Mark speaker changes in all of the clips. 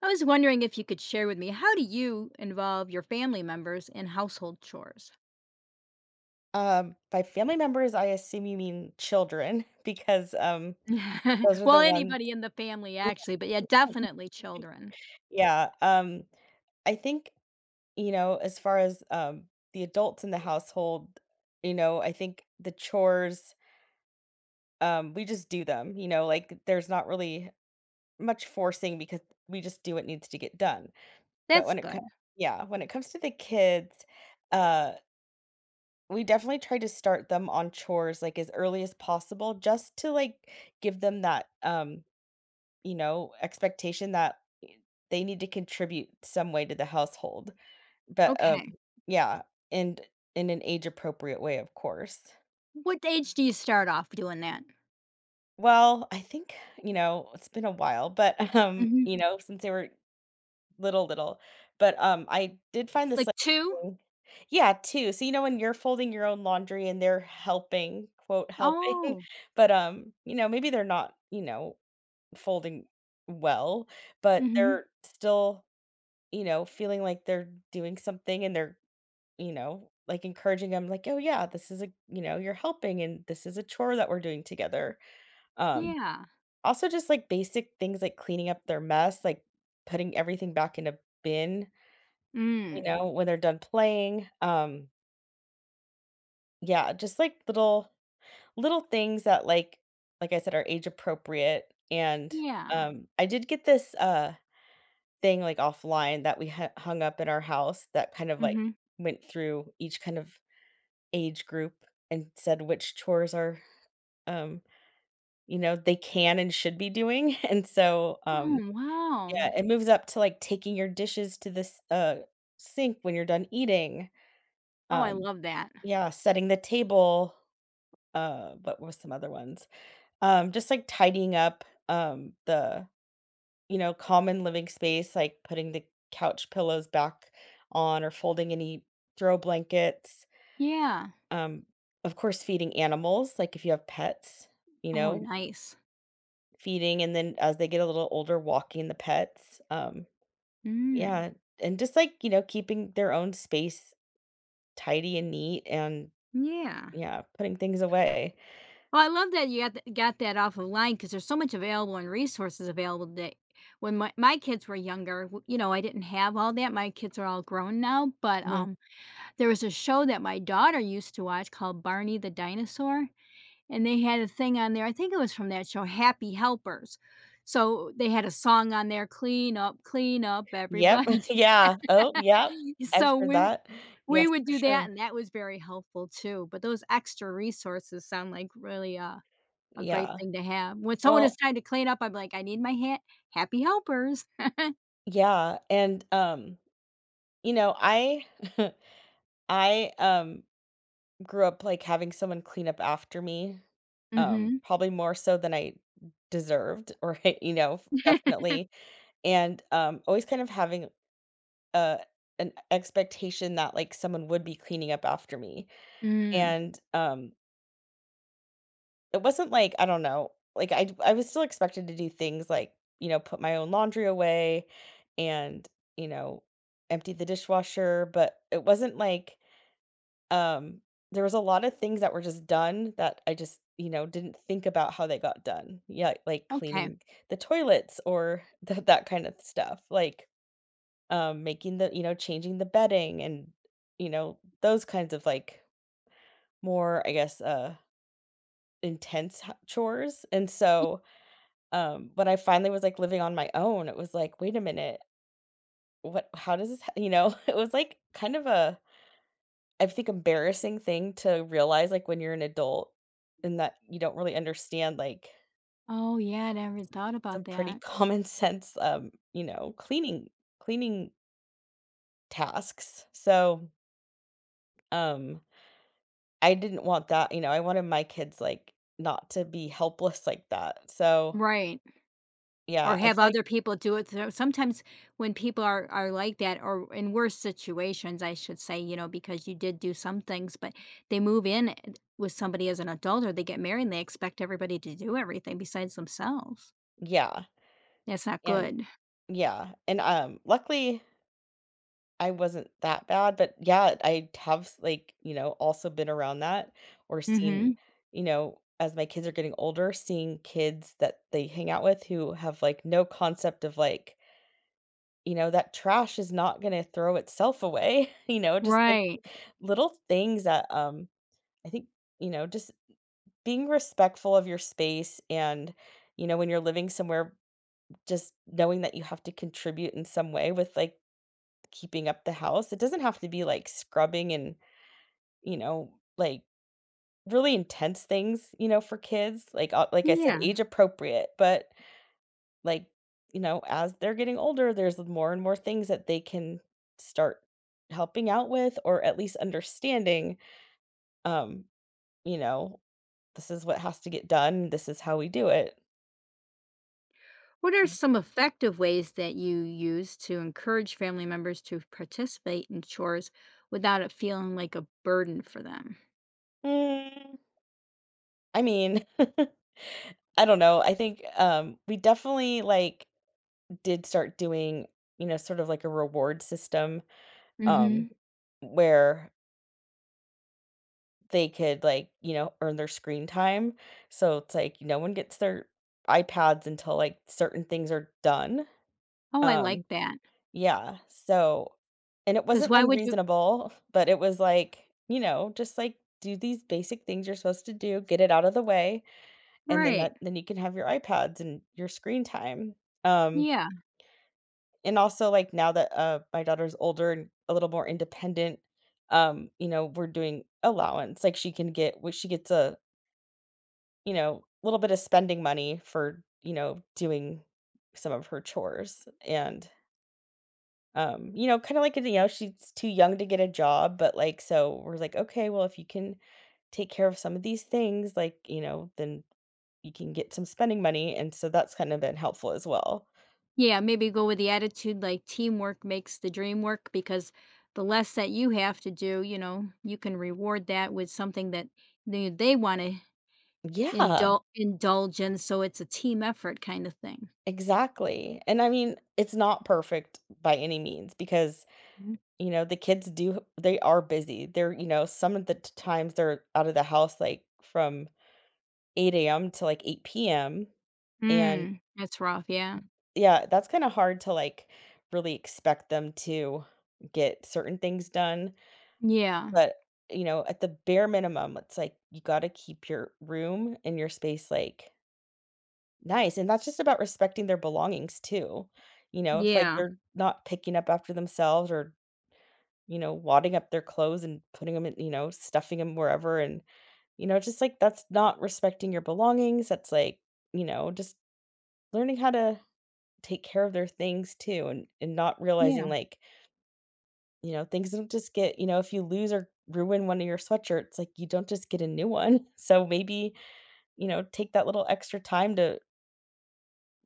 Speaker 1: I was wondering if you could share with me, how do you involve your family members in household chores?
Speaker 2: By family members, I assume you mean children because those are
Speaker 1: well,
Speaker 2: the ones.
Speaker 1: anybody in the family, actually, but yeah, definitely children.
Speaker 2: Yeah, um, I think, you know, as far as the adults in the household, you know, I think the chores, we just do them, you know, like, there's not really much forcing because we just do what needs to get done, but
Speaker 1: That's
Speaker 2: when it comes,
Speaker 1: good.
Speaker 2: Yeah, when it comes to the kids, uh we definitely try to start them on chores, like, as early as possible just to, like, give them that, you know, expectation that I they need to contribute some way to the household, but, um
Speaker 1: Okay.
Speaker 2: yeah, and in an age-appropriate way, of course.
Speaker 1: What age do you start off doing that?
Speaker 2: Well, I think, you know, it's been a while, but,
Speaker 1: Hmm.
Speaker 2: you know, since they were little, little. But I did find
Speaker 1: Like
Speaker 2: this, like,
Speaker 1: two?
Speaker 2: thing. Yeah, too. So, you know, when you're folding your own laundry and they're helping, quote, "helping,"
Speaker 1: Oh,
Speaker 2: but you know, maybe they're not, you know, folding well, but
Speaker 1: hmm,
Speaker 2: they're still, you know, feeling like they're doing something and they're, you know, like, encouraging them, like, "Oh, yeah, this is a you know, you're helping and this is a chore that we're doing together." Um,
Speaker 1: yeah.
Speaker 2: also just, like, basic things like cleaning up their mess, like, putting everything back in a bin. You
Speaker 1: Mm.
Speaker 2: know, when they're done playing, yeah, just like little things that like I said, are age appropriate, and,
Speaker 1: Yeah.
Speaker 2: um, I did get this thing, like, offline that we ha hung up in our house that kind of, like,
Speaker 1: Hmm.
Speaker 2: went through each kind of age group and said which chores are, um, you know, they can and should be doing, and so
Speaker 1: Oh, wow.
Speaker 2: yeah, it moves up to, like, taking your dishes to this sink when you're done eating,
Speaker 1: Oh, I
Speaker 2: um,
Speaker 1: love that.
Speaker 2: yeah, setting the table. What was some other ones? Just like tidying up, the, you know, common living space, like putting the couch pillows back on or folding any throw blankets.
Speaker 1: Yeah.
Speaker 2: Um, of course, feeding animals, like if you have pets, you
Speaker 1: Oh,
Speaker 2: know,
Speaker 1: nice.
Speaker 2: feeding and then as they get a little older, walking the pets.
Speaker 1: Mm.
Speaker 2: Yeah. And just like, you know, keeping their own space tidy and neat and
Speaker 1: Yeah.
Speaker 2: yeah, putting things away.
Speaker 1: Well, I love that you got th got that off of line because there's so much available and resources available today. When my kids were younger, w you know, I didn't have all that. My kids are all grown now, but,
Speaker 2: Mm-hmm.
Speaker 1: there was a show that my daughter used to watch called Barney the Dinosaur, and they had a thing on there. I think it was from that show, Happy Helpers. So they had a song on there, clean up,
Speaker 2: Yep.
Speaker 1: everybody."
Speaker 2: Yeah. Oh, yep. I've
Speaker 1: So,
Speaker 2: heard
Speaker 1: we w
Speaker 2: that.
Speaker 1: we
Speaker 2: Yes,
Speaker 1: would
Speaker 2: for
Speaker 1: do
Speaker 2: sure.
Speaker 1: that, and that was very helpful too, but those extra resources sound like really, a great
Speaker 2: Yeah.
Speaker 1: thing to have. When someone is
Speaker 2: Well,
Speaker 1: trying to clean up, I'm like, "I need my ha happy helpers."
Speaker 2: yeah, and, um, you know, I I grew up, like, having someone clean up after me,
Speaker 1: Mhm.
Speaker 2: probably more so than I deserved or, you know, f definitely, and always kind of having a an expectation that, like, someone would be cleaning up after me,
Speaker 1: Mm.
Speaker 2: and it wasn't like, I don't know, like I was still expected to do things like, you know, put my own laundry away and, you know, empty the dishwasher, but it wasn't like, um, there was a lot of things that were just done that I just, you know, didn't think about how they got done. Yeah, like
Speaker 1: Okay.
Speaker 2: cleaning the toilets or that kind of stuff. Like, making the, you know, changing the bedding and, you know, those kinds of like more, I guess, intense chores. And
Speaker 1: Ye
Speaker 2: so when I finally was, like, living on my own, it was like, "Wait a minute, what how does this ha" you know? It was, like, kind of a, I think, embarrassing thing to realize, like, when you're an adult and that you don't really understand, like,
Speaker 1: Oh, yeah, I never thought about
Speaker 2: some pretty
Speaker 1: that.
Speaker 2: common sense, you know, cleaning tasks. So, um, I didn't want that, you know, I wanted my kids, like, not to be helpless like that. So,
Speaker 1: Right. Or
Speaker 2: yeah, I feel
Speaker 1: have
Speaker 2: like
Speaker 1: other people do it. So sometimes when people are like that, or in worse situations, I should say, you know, because you did do some things, but they move in and with somebody as an adult, or they get married and they expect everybody to do everything besides themselves.
Speaker 2: yeah,
Speaker 1: That's not
Speaker 2: and
Speaker 1: good.
Speaker 2: yeah, and luckily I wasn't that bad, but yeah, I have like, you know, also been around that or seen,
Speaker 1: Mhm.
Speaker 2: you know, as my kids are getting older, seeing kids that they hang out with who have, like, no concept of, like, you know, that trash is not gonna throw itself away, you know, just, like,
Speaker 1: Right.
Speaker 2: little things that, I think, you know, just being respectful of your space and, you know, when you're living somewhere, just knowing that you have to contribute in some way with, like, keeping up the house. It doesn't have to be, like, scrubbing and you know, like, really intense things, you know, for kids, like I said,
Speaker 1: Yeah.
Speaker 2: age appropriate, but, like, you know, as they're getting older, there's more and more things that they can start helping out with or at least understanding, um, you know, this is what has to get done, this is how we do it.
Speaker 1: What are some effective ways that you use to encourage family members to participate in chores without it feeling like a burden for them?
Speaker 2: Mm, I mean, I don't know, I think, we definitely, like, did start doing, you know, sort of like a reward system, um,
Speaker 1: Hmm.
Speaker 2: where they could, like, you know, earn their screen time. So it's like no one gets their iPads until, like, certain things are done.
Speaker 1: Oh, I like
Speaker 2: Um,
Speaker 1: that.
Speaker 2: yeah, and it
Speaker 1: Because
Speaker 2: wasn't
Speaker 1: why would you?
Speaker 2: unreasonable, but it was like, you know, just, like, do these basic things you're supposed to do, get it out of the way, and then
Speaker 1: Right.
Speaker 2: that then you can have your iPads and your screen time. Um,
Speaker 1: Yeah.
Speaker 2: and also, like, now that, my daughter's older and a little more independent, you know, we're doing allowance, like, she can get what she gets a you know, a little bit of spending money for, you know, doing some of her chores and, you know, kinda like, you know, she's too young to get a job, but, like, so we're like, "Okay, well, if you can take care of some of these things, like, you know, then you can get some spending money," and so that's kind of been helpful as well.
Speaker 1: Yeah. Maybe go with the attitude like teamwork makes the dream work, because the less that you have to do, you know, you can reward that with something that they want to
Speaker 2: Yeah,
Speaker 1: indulge in. So it's a team effort kind of thing.
Speaker 2: exactly, and I mean, it's not perfect by any means because,
Speaker 1: Hmm.
Speaker 2: you know, the kids do they are busy. They're you know, some of the t times they're out of the house, like, from 8 AM to, like, 8 PM, and
Speaker 1: Mm, that's rough. Yeah.
Speaker 2: yeah, that's kinda hard to, like, really expect them to get certain things done,
Speaker 1: Yeah.
Speaker 2: but, you know, at the bare minimum, it's like you gotta keep your room and your space, like, nice, and that's just about respecting their belongings too, you know, if, like,
Speaker 1: Yeah.
Speaker 2: they're not picking up after themselves or, you know, wadding up their clothes and putting them in you know, stuffing them wherever and, you know, just, like, that's not respecting your belongings, that's, like, you know, just learning how to take care of their things too and not realizing
Speaker 1: Yeah,
Speaker 2: like, you know, things don't just get you know, if you lose or ruin one of your sweatshirts, like, you don't just get a new one. So maybe, you know, take that little extra time to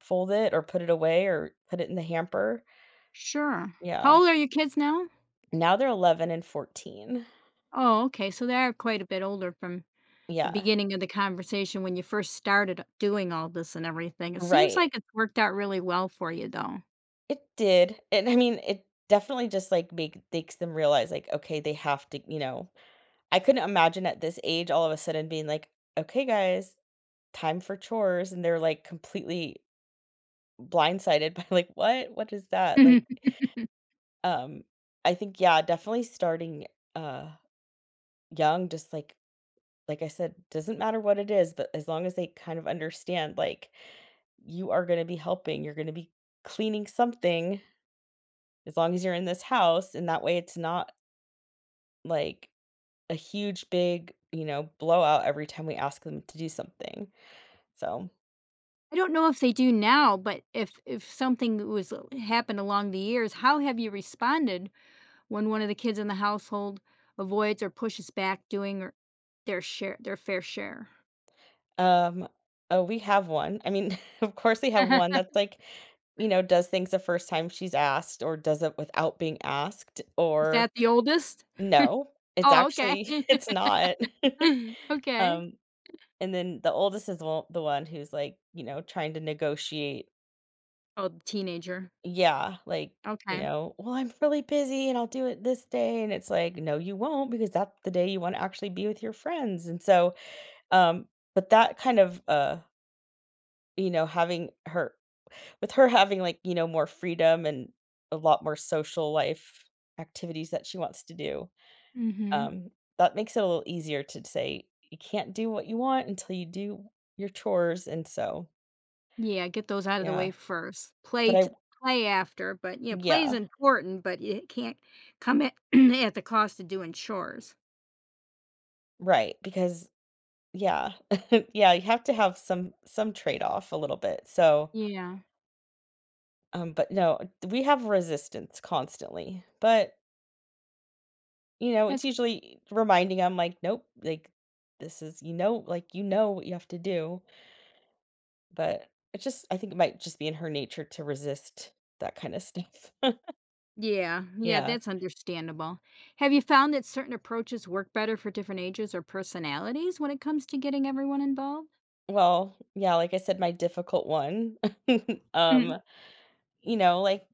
Speaker 2: fold it or put it away or put it in the hamper.
Speaker 1: sure. How
Speaker 2: Yeah.
Speaker 1: old are your kids now?
Speaker 2: Now they're 11 and 14.
Speaker 1: Oh, okay, so they are quite a bit older from the
Speaker 2: Yeah.
Speaker 1: beginning of the conversation when you first started doing all this and everything. It seems
Speaker 2: Right.
Speaker 1: like it's worked out really well for you, though.
Speaker 2: It did. And I mean, it definitely just, like, makes them realize, like, okay, they have to you know, I couldn't imagine at this age all of a sudden being like, "Okay, guys, time for chores and they're, like, completely blindsided by, like, "What? What is that?" Like,
Speaker 1: Mhm.
Speaker 2: um, I think, yeah, definitely starting, uh, young, just like I said, doesn't matter what it is, but as long as they kind of understand, like, you are gonna be helping, you're gonna be cleaning something as long as you're in this house, and that way it's not, like, a huge, big, you know, blowout every time we ask them to do something, so
Speaker 1: I don't know if they do now, but if something was happened along the years, how have you responded when one of the kids in the household avoids or pushes back doing or their fair share?
Speaker 2: Um, oh, we have one. I mean, of course we have one that's like, you know, does things the first time she's asked or does it without being asked
Speaker 1: Is
Speaker 2: or
Speaker 1: that the oldest?
Speaker 2: no, it's
Speaker 1: Oh, okay.
Speaker 2: actually it's not.
Speaker 1: okay.
Speaker 2: Um, and then the oldest is the the one who's like, you know, trying to negotiate.
Speaker 1: Oh, the teenager.
Speaker 2: Yeah, like, you
Speaker 1: Okay.
Speaker 2: know, well, I'm really busy and I'll do it this day. And it's like, no, you won't because that's the day you want to actually be with your friends. And so, um, but that kind of you know having her with her having, like, you know, more freedom and a lot more social life activities that she wants to do,
Speaker 1: Mm. Mhm.
Speaker 2: um, that makes it a little easier to say, "You can't do what you want until you do your chores," and so
Speaker 1: Yeah, get those out of the way
Speaker 2: yeah,
Speaker 1: first.
Speaker 2: but I
Speaker 1: Play after, but, you know, play is
Speaker 2: yeah,
Speaker 1: important, but it can't come at at the cost of doing chores.
Speaker 2: right, because yeah, yeah, you have to have some trade-off a little bit, so,
Speaker 1: Yeah.
Speaker 2: but no, we have resistance constantly, but, you know, it's
Speaker 1: That's
Speaker 2: usually reminding 'em, like, "Nope," like, "This is" you know, like, you know what you have to do. But it just I think it might just be in her nature to resist that kinda stuff.
Speaker 1: Yeah, yeah,
Speaker 2: Yeah.
Speaker 1: that's understandable. Have you found that certain approaches work better for different ages or personalities when it comes to getting everyone involved?
Speaker 2: Well, yeah, like I said, my difficult one,
Speaker 1: Mm,
Speaker 2: um, you know, like,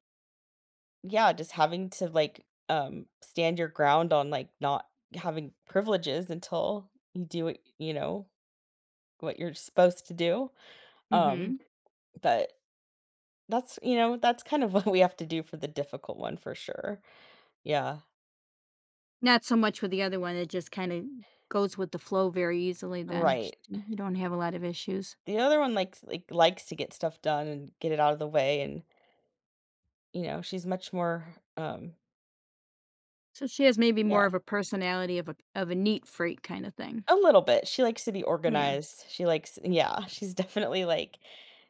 Speaker 2: yeah, just having to, like, stand your ground on, like, not having privileges until you do what you know, what you're supposed to do, um,
Speaker 1: mhm.
Speaker 2: but that's you know, that's kind of what we have to do for the difficult one for sure. Yeah.
Speaker 1: Not so much with the other one, it just kinda goes with the flow very easily then. Sh
Speaker 2: Right.
Speaker 1: You don't have a lot of issues.
Speaker 2: The other one like, likes to get stuff done and get it out of the way and you know, she's much more,
Speaker 1: So she has maybe more
Speaker 2: yeah,
Speaker 1: of a personality of a neat freak kinda thing.
Speaker 2: a little bit. She likes to be
Speaker 1: Yeah.
Speaker 2: organized. She likes yeah, she's definitely, like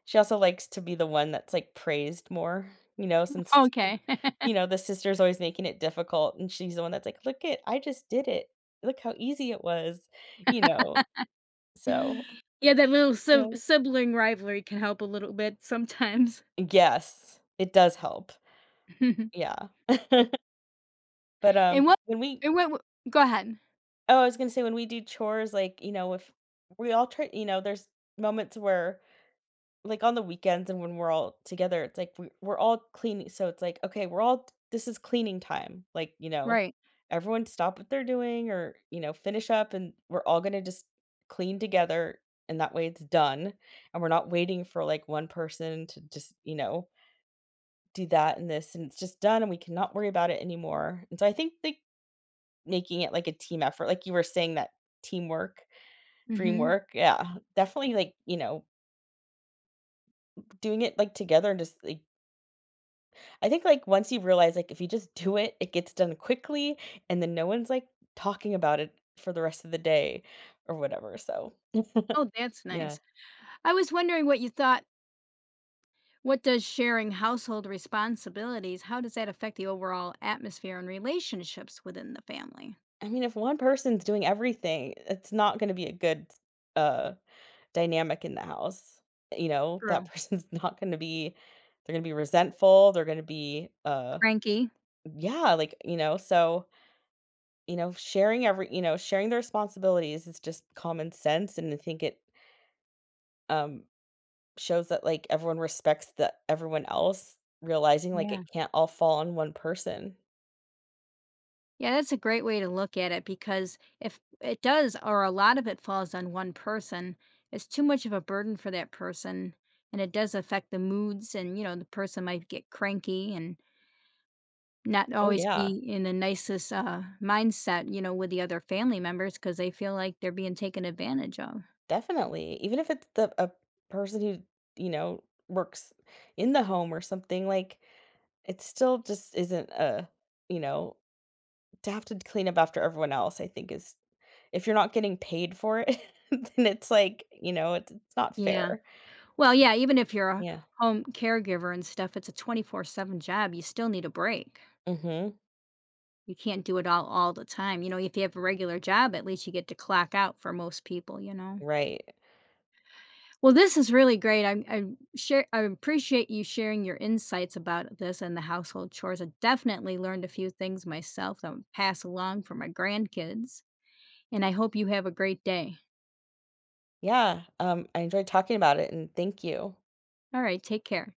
Speaker 2: she also likes to be the one that's, like, praised more, you know, since,
Speaker 1: Okay.
Speaker 2: you know, the sister's always making it difficult, and she's the one that's like, "Look it I just did it. Look how easy it was," you know? So,
Speaker 1: Yeah, that little
Speaker 2: you know
Speaker 1: sibling rivalry can help a little bit sometimes.
Speaker 2: Yes, it does help. Yeah. But,
Speaker 1: And
Speaker 2: um,
Speaker 1: what
Speaker 2: when we
Speaker 1: and what go ahead.
Speaker 2: oh, I was gonna say when we do chores, like, you know, if we all try you know, there's moments where like on the weekends and when we're all together, it's like we're all cleaning. So it's like, okay, we're all this is cleaning time. Like, you know,
Speaker 1: Right.
Speaker 2: everyone stop what they're doing or, you know, finish up and we're all gonna just clean together and that way it's done. And we're not waiting for like one person to just, you know, do that and this and it's just done and we cannot worry about it anymore. And so I think like making it like a team effort, like you were saying that teamwork, dream
Speaker 1: Mhm.
Speaker 2: work. Yeah. Definitely like, you know, doing it like together and just like I think, like, once you realize, like, if you just do it, it gets done quickly, and then no one's, like, talking about it for the rest of the day or whatever, so,
Speaker 1: Oh, that's
Speaker 2: yeah.
Speaker 1: nice. I was wondering what you thought, what does sharing household responsibilities, how does that affect the overall atmosphere and relationships within the family?
Speaker 2: I mean, if one person's doing everything, it's not gonna be a good, uh, dynamic in the house, you know? That
Speaker 1: True.
Speaker 2: person's not gonna be they're gonna be resentful, they're gonna be,
Speaker 1: Cranky.
Speaker 2: yeah, like, you know, so, you know, sharing every you know, sharing the responsibilities is just common sense, and I think it, um shows that, like, everyone respects the everyone else, realizing, like, it
Speaker 1: Yeah.
Speaker 2: can't all fall on one person.
Speaker 1: Yeah, that's a great way to look at it, because if it does, or a lot of it falls on one person, it's too much of a burden for that person. And it does affect the moods, and, you know, the person might get cranky and not
Speaker 2: Oh,
Speaker 1: always be
Speaker 2: yeah,
Speaker 1: in the nicest mindset, you know, with the other family members because they feel like they're being taken advantage of.
Speaker 2: definitely. Even if it's the a person who, you know, works in the home or something, like, it still just isn't a you know, to have to clean up after everyone else, I think is if you're not getting paid for it, then it's like, you know, it's not
Speaker 1: Yeah.
Speaker 2: fair.
Speaker 1: Well, yeah, even if you're a
Speaker 2: Yeah.
Speaker 1: home caregiver and stuff, it's a 24/7 job. You still need a break.
Speaker 2: Mhm.
Speaker 1: You can't do it all the time. You know, if you have a regular job, at least you get to clock out for most people, you know.
Speaker 2: Right.
Speaker 1: Well, this is really great. I share I appreciate you sharing your insights about this and the household chores. I definitely learned a few things myself that I'll pass along for my grandkids, and I hope you have a great day.
Speaker 2: Yeah, I enjoyed talking about it, and thank you.
Speaker 1: All right, take care.